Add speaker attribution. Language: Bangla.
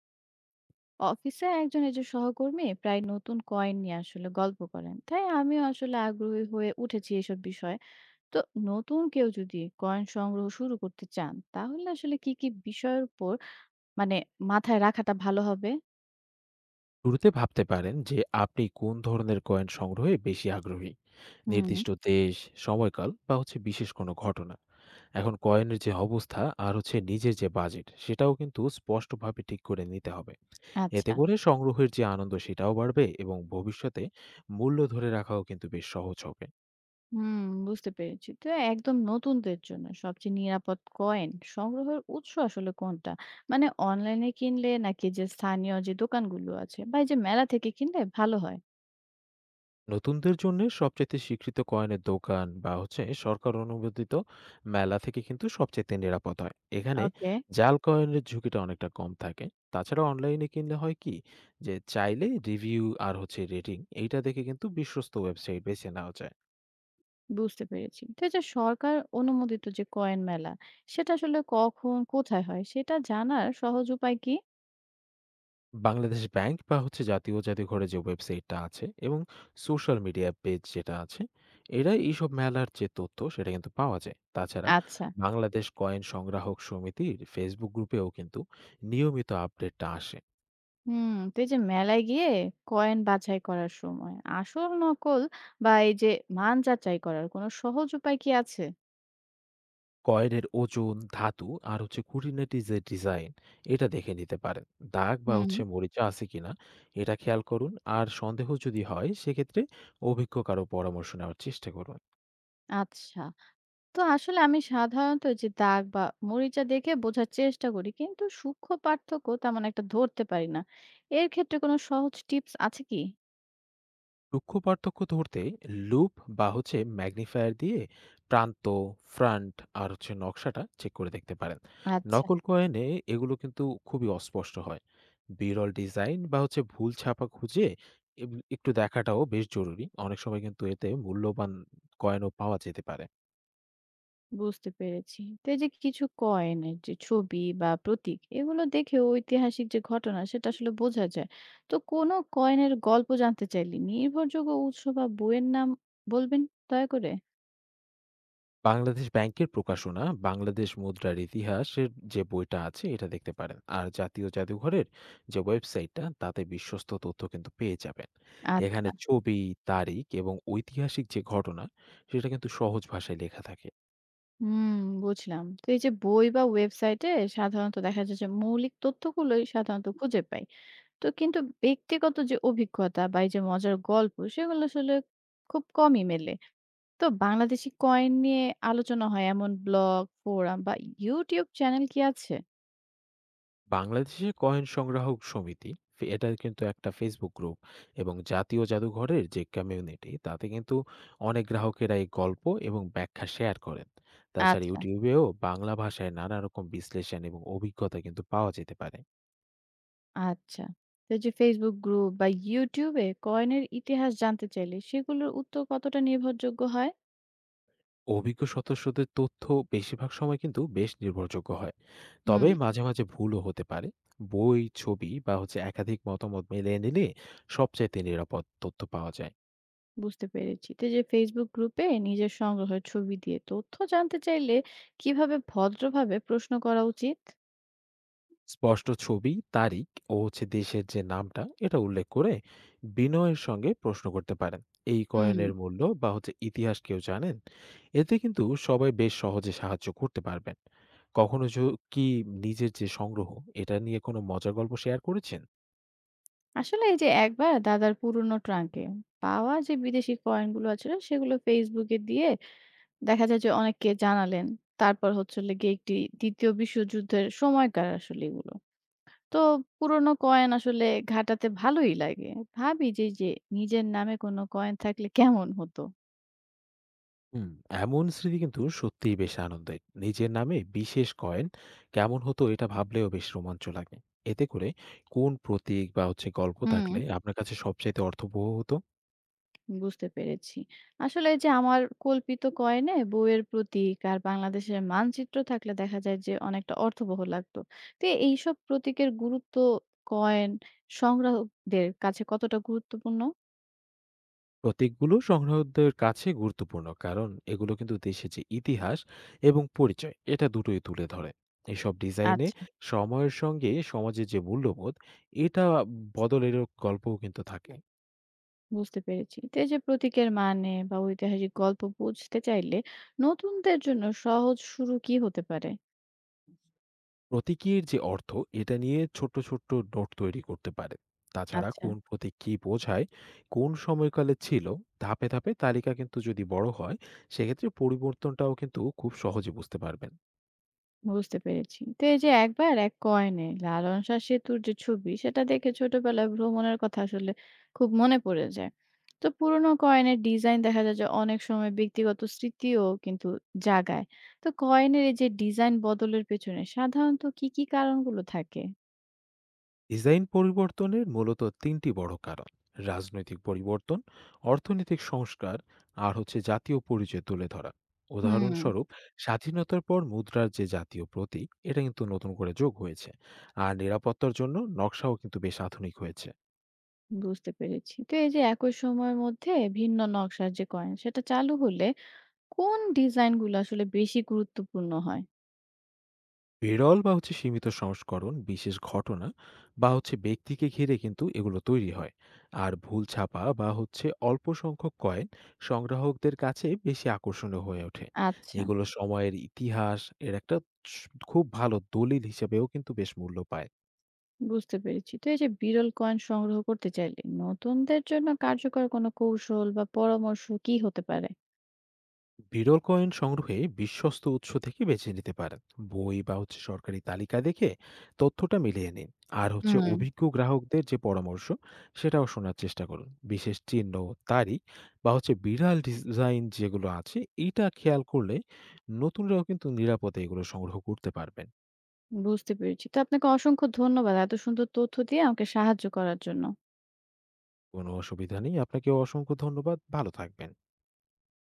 Speaker 1: অফিসে একজন এই যে সহকর্মী প্রায় নতুন কয়েন নিয়ে আসলে গল্প করেন, তাই আমিও আসলে আগ্রহী হয়ে উঠেছি এসব বিষয়ে। তো নতুন কেউ যদি কয়েন সংগ্রহ শুরু করতে চান, তাহলে আসলে কি কি বিষয়ের উপর মানে মাথায় রাখাটা ভালো হবে?
Speaker 2: শুরুতে ভাবতে পারেন যে আপনি কোন ধরনের কয়েন সংগ্রহে বেশি আগ্রহী।
Speaker 1: হুম।
Speaker 2: নির্দিষ্ট দেশ, সময়কাল বা হচ্ছে বিশেষ কোনো ঘটনা। এখন কয়েনের যে অবস্থা আর হচ্ছে নিজের যে বাজেট, সেটাও কিন্তু স্পষ্টভাবে ঠিক করে নিতে হবে। এতে
Speaker 1: আচ্ছা।
Speaker 2: করে সংগ্রহের যে আনন্দ সেটাও বাড়বে, এবং ভবিষ্যতে মূল্য ধরে রাখাও কিন্তু বেশ সহজ হবে।
Speaker 1: হুম, বুঝতে পেরেছি। তো একদম নতুনদের জন্য সবচেয়ে নিরাপদ কয়েন সংগ্রহের উৎস আসলে কোনটা? মানে অনলাইনে কিনলে, নাকি যে স্থানীয় যে দোকানগুলো আছে, বা এই যে মেলা থেকে কিনলে ভালো হয়?
Speaker 2: নতুনদের জন্য সবচাইতে স্বীকৃত কয়েনের দোকান বা হচ্ছে সরকার অনুমোদিত মেলা থেকে কিন্তু সবচাইতে নিরাপদ হয়। এখানে
Speaker 1: ওকে।
Speaker 2: জাল কয়েনের ঝুঁকিটা অনেকটা কম থাকে। তাছাড়া অনলাইনে কিনলে হয় কি, যে চাইলে রিভিউ আর হচ্ছে রেটিং এইটা দেখে কিন্তু বিশ্বস্ত ওয়েবসাইট বেছে নেওয়া যায়।
Speaker 1: বুঝতে পেরেছি। তো এই যে সরকার অনুমোদিত যে কয়েন মেলা, সেটা আসলে কখন কোথায় হয় সেটা জানার সহজ উপায় কি?
Speaker 2: বাংলাদেশ ব্যাংক বা হচ্ছে জাতীয় জাদুঘরের যে ওয়েবসাইটটা আছে এবং সোশ্যাল মিডিয়া পেজ যেটা আছে, এরা এইসব মেলার যে তথ্য সেটা কিন্তু পাওয়া যায়। তাছাড়া
Speaker 1: আচ্ছা।
Speaker 2: বাংলাদেশ কয়েন সংগ্রাহক সমিতির ফেসবুক গ্রুপেও কিন্তু নিয়মিত আপডেটটা আসে।
Speaker 1: হুম, তো এই যে মেলায় গিয়ে কয়েন বাছাই করার সময় আসল নকল বা এই যে মান যাচাই করার কোনো সহজ উপায় কি আছে?
Speaker 2: কয়েনের ওজন, ধাতু আর হচ্ছে খুঁটিনাটি যে ডিজাইন, এটা দেখে নিতে পারেন। দাগ বা
Speaker 1: হুম।
Speaker 2: হচ্ছে মরিচা আছে কিনা এটা খেয়াল করুন। আর সন্দেহ যদি হয় সেক্ষেত্রে অভিজ্ঞ কারো পরামর্শ নেওয়ার চেষ্টা করুন।
Speaker 1: আচ্ছা। তো আসলে আমি সাধারণত এই যে দাগ বা মরিচা দেখে বোঝার চেষ্টা করি, কিন্তু সূক্ষ্ম পার্থক্য তেমন একটা ধরতে পারি না। এর ক্ষেত্রে কোনো সহজ টিপস আছে কি?
Speaker 2: সূক্ষ্ম পার্থক্য ধরতে লুপ বা হচ্ছে ম্যাগনিফায়ার দিয়ে প্রান্ত, ফ্রন্ট আর হচ্ছে নকশাটা চেক করে দেখতে পারেন।
Speaker 1: আচ্ছা।
Speaker 2: নকল কয়েনে এগুলো কিন্তু খুবই অস্পষ্ট হয়। বিরল ডিজাইন বা হচ্ছে ভুল ছাপা খুঁজে একটু দেখাটাও বেশ জরুরি। অনেক সময় কিন্তু এতে মূল্যবান কয়েনও পাওয়া যেতে পারে।
Speaker 1: বুঝতে পেরেছি। তো এই যে কিছু কয়েনের যে ছবি বা প্রতীক, এগুলো দেখেও ঐতিহাসিক যে ঘটনা সেটা আসলে বোঝা যায়। তো কোনো কয়েনের গল্প জানতে চাইলে নির্ভরযোগ্য উৎস বা বইয়ের নাম বলবেন দয়া করে?
Speaker 2: বাংলাদেশ ব্যাংকের প্রকাশনা, বাংলাদেশ মুদ্রার ইতিহাসের যে বইটা আছে এটা দেখতে পারেন। আর জাতীয় জাদুঘরের যে ওয়েবসাইটটা, তাতে বিশ্বস্ত তথ্য কিন্তু পেয়ে যাবেন। এখানে
Speaker 1: আচ্ছা।
Speaker 2: ছবি, তারিখ এবং ঐতিহাসিক যে ঘটনা সেটা কিন্তু সহজ ভাষায় লেখা থাকে।
Speaker 1: হুম, বুঝলাম। তো এই যে বই বা ওয়েবসাইটে সাধারণত দেখা যায় যে মৌলিক তথ্যগুলোই সাধারণত খুঁজে পাই। তো কিন্তু ব্যক্তিগত যে অভিজ্ঞতা বা এই যে মজার গল্প সেগুলো আসলে খুব কমই মেলে। তো বাংলাদেশী কয়েন নিয়ে আলোচনা হয় এমন ব্লগ, ফোরাম বা YouTube চ্যানেল কি আছে?
Speaker 2: বাংলাদেশের কয়েন সংগ্রাহক সমিতি, এটা কিন্তু একটা ফেসবুক গ্রুপ, এবং জাতীয় জাদুঘরের যে কমিউনিটি, তাতে কিন্তু অনেক গ্রাহকেরা এই গল্প এবং ব্যাখ্যা শেয়ার করেন। তাছাড়া
Speaker 1: আচ্ছা,
Speaker 2: ইউটিউবেও বাংলা ভাষায় নানা রকম বিশ্লেষণ এবং অভিজ্ঞতা কিন্তু পাওয়া যেতে পারে।
Speaker 1: আচ্ছা। তো এই যে Facebook গ্রুপ বা YouTube এ কয়েনের ইতিহাস জানতে চাইলে সেগুলোর উত্তর কতটা নির্ভরযোগ্য হয়?
Speaker 2: অভিজ্ঞ সদস্যদের তথ্য বেশিরভাগ সময় কিন্তু বেশ নির্ভরযোগ্য হয়। তবে
Speaker 1: হুম।
Speaker 2: মাঝে মাঝে ভুলও হতে পারে। বই, ছবি বা হচ্ছে একাধিক মতামত মিলিয়ে নিলে সবচাইতে নিরাপদ তথ্য পাওয়া যায়।
Speaker 1: বুঝতে পেরেছি। তো এই যে Facebook গ্রুপে নিজের সংগ্রহের ছবি দিয়ে তথ্য জানতে চাইলে কিভাবে ভদ্রভাবে প্রশ্ন করা উচিত?
Speaker 2: স্পষ্ট ছবি, তারিখ ও হচ্ছে দেশের যে নামটা এটা উল্লেখ করে বিনয়ের সঙ্গে প্রশ্ন করতে পারেন, এই
Speaker 1: হুম।
Speaker 2: কয়েনের মূল্য বা হচ্ছে ইতিহাস কেউ জানেন। এতে কিন্তু সবাই বেশ সহজে সাহায্য করতে পারবেন। কখনো কি নিজের যে সংগ্রহ, এটা নিয়ে কোনো মজার গল্প শেয়ার করেছেন?
Speaker 1: আসলে এই যে একবার দাদার পুরনো ট্রাঙ্কে পাওয়া যে বিদেশি কয়েনগুলো আছে, সেগুলো ফেসবুকে দিয়ে দেখা যায় যে অনেককে জানালেন। তারপর হচ্ছে হলো গিয়ে একটি ২য় বিশ্বযুদ্ধের সময়কার আসলে এগুলো। তো পুরনো কয়েন আসলে ঘাটাতে ভালোই লাগে। ভাবি যে নিজের নামে কোনো কয়েন থাকলে কেমন হতো?
Speaker 2: হুম, এমন স্মৃতি কিন্তু সত্যিই বেশ আনন্দের। নিজের নামে বিশেষ কয়েন কেমন হতো, এটা ভাবলেও বেশ রোমাঞ্চ লাগে। এতে করে কোন প্রতীক বা হচ্ছে গল্প
Speaker 1: হুম।
Speaker 2: থাকলে আপনার কাছে সবচাইতে অর্থবহ হতো?
Speaker 1: বুঝতে পেরেছি। আসলে যে আমার কল্পিত কয়েনে বইয়ের প্রতীক আর বাংলাদেশের মানচিত্র থাকলে দেখা যায় যে অনেকটা অর্থবহ লাগতো। তো এইসব প্রতীকের গুরুত্ব কয়েন সংগ্রাহকদের কাছে কতটা গুরুত্বপূর্ণ?
Speaker 2: প্রতীকগুলো সংগ্রাহকদের কাছে গুরুত্বপূর্ণ, কারণ এগুলো কিন্তু দেশের যে ইতিহাস এবং পরিচয় এটা দুটোই তুলে ধরে। এসব ডিজাইনে
Speaker 1: আচ্ছা।
Speaker 2: সময়ের সঙ্গে সমাজের যে মূল্যবোধ এটা বদলেরও গল্পও কিন্তু থাকে।
Speaker 1: বুঝতে পেরেছি। তো এই যে প্রতীকের মানে বা ঐতিহাসিক গল্প বুঝতে চাইলে নতুনদের জন্য সহজ শুরু কি হতে পারে?
Speaker 2: প্রতীকীর যে অর্থ এটা নিয়ে ছোট্ট ছোট্ট নোট তৈরি করতে পারে। তাছাড়া
Speaker 1: আচ্ছা।
Speaker 2: কোন প্রতীক কী বোঝায়, কোন সময়কালে ছিল, ধাপে ধাপে তালিকা কিন্তু যদি বড় হয়, সেক্ষেত্রে পরিবর্তনটাও কিন্তু খুব সহজে বুঝতে পারবেন।
Speaker 1: বুঝতে পেরেছি। তো এই যে একবার এক কয়েনে লালন শাহ সেতুর যে ছবি সেটা দেখে ছোটবেলায় ভ্রমণের কথা আসলে খুব মনে পড়ে যায়। তো পুরনো কয়েনের ডিজাইন দেখা যায় যে অনেক সময় ব্যক্তিগত স্মৃতিও কিন্তু জাগায়। তো কয়েনের এই যে ডিজাইন বদলের পেছনে সাধারণত কি, কি কারণগুলো থাকে?
Speaker 2: ডিজাইন পরিবর্তনের মূলত তিনটি বড় কারণ: রাজনৈতিক পরিবর্তন, অর্থনৈতিক সংস্কার আর হচ্ছে জাতীয় পরিচয় তুলে ধরা।
Speaker 1: হুম।
Speaker 2: উদাহরণস্বরূপ, স্বাধীনতার পর মুদ্রার যে জাতীয় প্রতীক এটা কিন্তু নতুন করে যোগ হয়েছে। আর নিরাপত্তার জন্য নকশাও কিন্তু বেশ আধুনিক হয়েছে।
Speaker 1: বুঝতে পেরেছি। তো এই যে একই সময়ের মধ্যে ভিন্ন নকশার যে কয়েন সেটা চালু হলে কোন ডিজাইন গুলো আসলে বেশি গুরুত্বপূর্ণ হয়?
Speaker 2: বিরল বা হচ্ছে সীমিত সংস্করণ, বিশেষ ঘটনা বা হচ্ছে ব্যক্তিকে ঘিরে কিন্তু এগুলো তৈরি হয়। আর ভুল ছাপা বা হচ্ছে অল্প সংখ্যক কয়েন সংগ্রাহকদের কাছে বেশি আকর্ষণীয় হয়ে ওঠে।
Speaker 1: আচ্ছা,
Speaker 2: এগুলো সময়ের ইতিহাস এর একটা খুব ভালো দলিল হিসেবেও কিন্তু বেশ মূল্য পায়।
Speaker 1: বুঝতে পেরেছি। তো এই যে বিরল কয়েন সংগ্রহ করতে চাইলে নতুনদের জন্য কার্যকর কোনো কৌশল বা পরামর্শ কি হতে পারে?
Speaker 2: বিরল কয়েন সংগ্রহে বিশ্বস্ত উৎস থেকে বেছে নিতে পারেন। বই বা হচ্ছে সরকারি তালিকা দেখে তথ্যটা মিলিয়ে নিন। আর হচ্ছে
Speaker 1: হুম।
Speaker 2: অভিজ্ঞ গ্রাহকদের যে পরামর্শ সেটাও শোনার চেষ্টা করুন। বিশেষ চিহ্ন, তারিখ বা হচ্ছে বিরল ডিজাইন যেগুলো আছে এইটা খেয়াল করলে নতুনরাও কিন্তু নিরাপদে এগুলো সংগ্রহ করতে পারবেন।
Speaker 1: বুঝতে পেরেছি। তো আপনাকে অসংখ্য ধন্যবাদ এত সুন্দর তথ্য দিয়ে আমাকে সাহায্য করার জন্য।
Speaker 2: কোনো অসুবিধা নেই, আপনাকে অসংখ্য ধন্যবাদ, ভালো থাকবেন।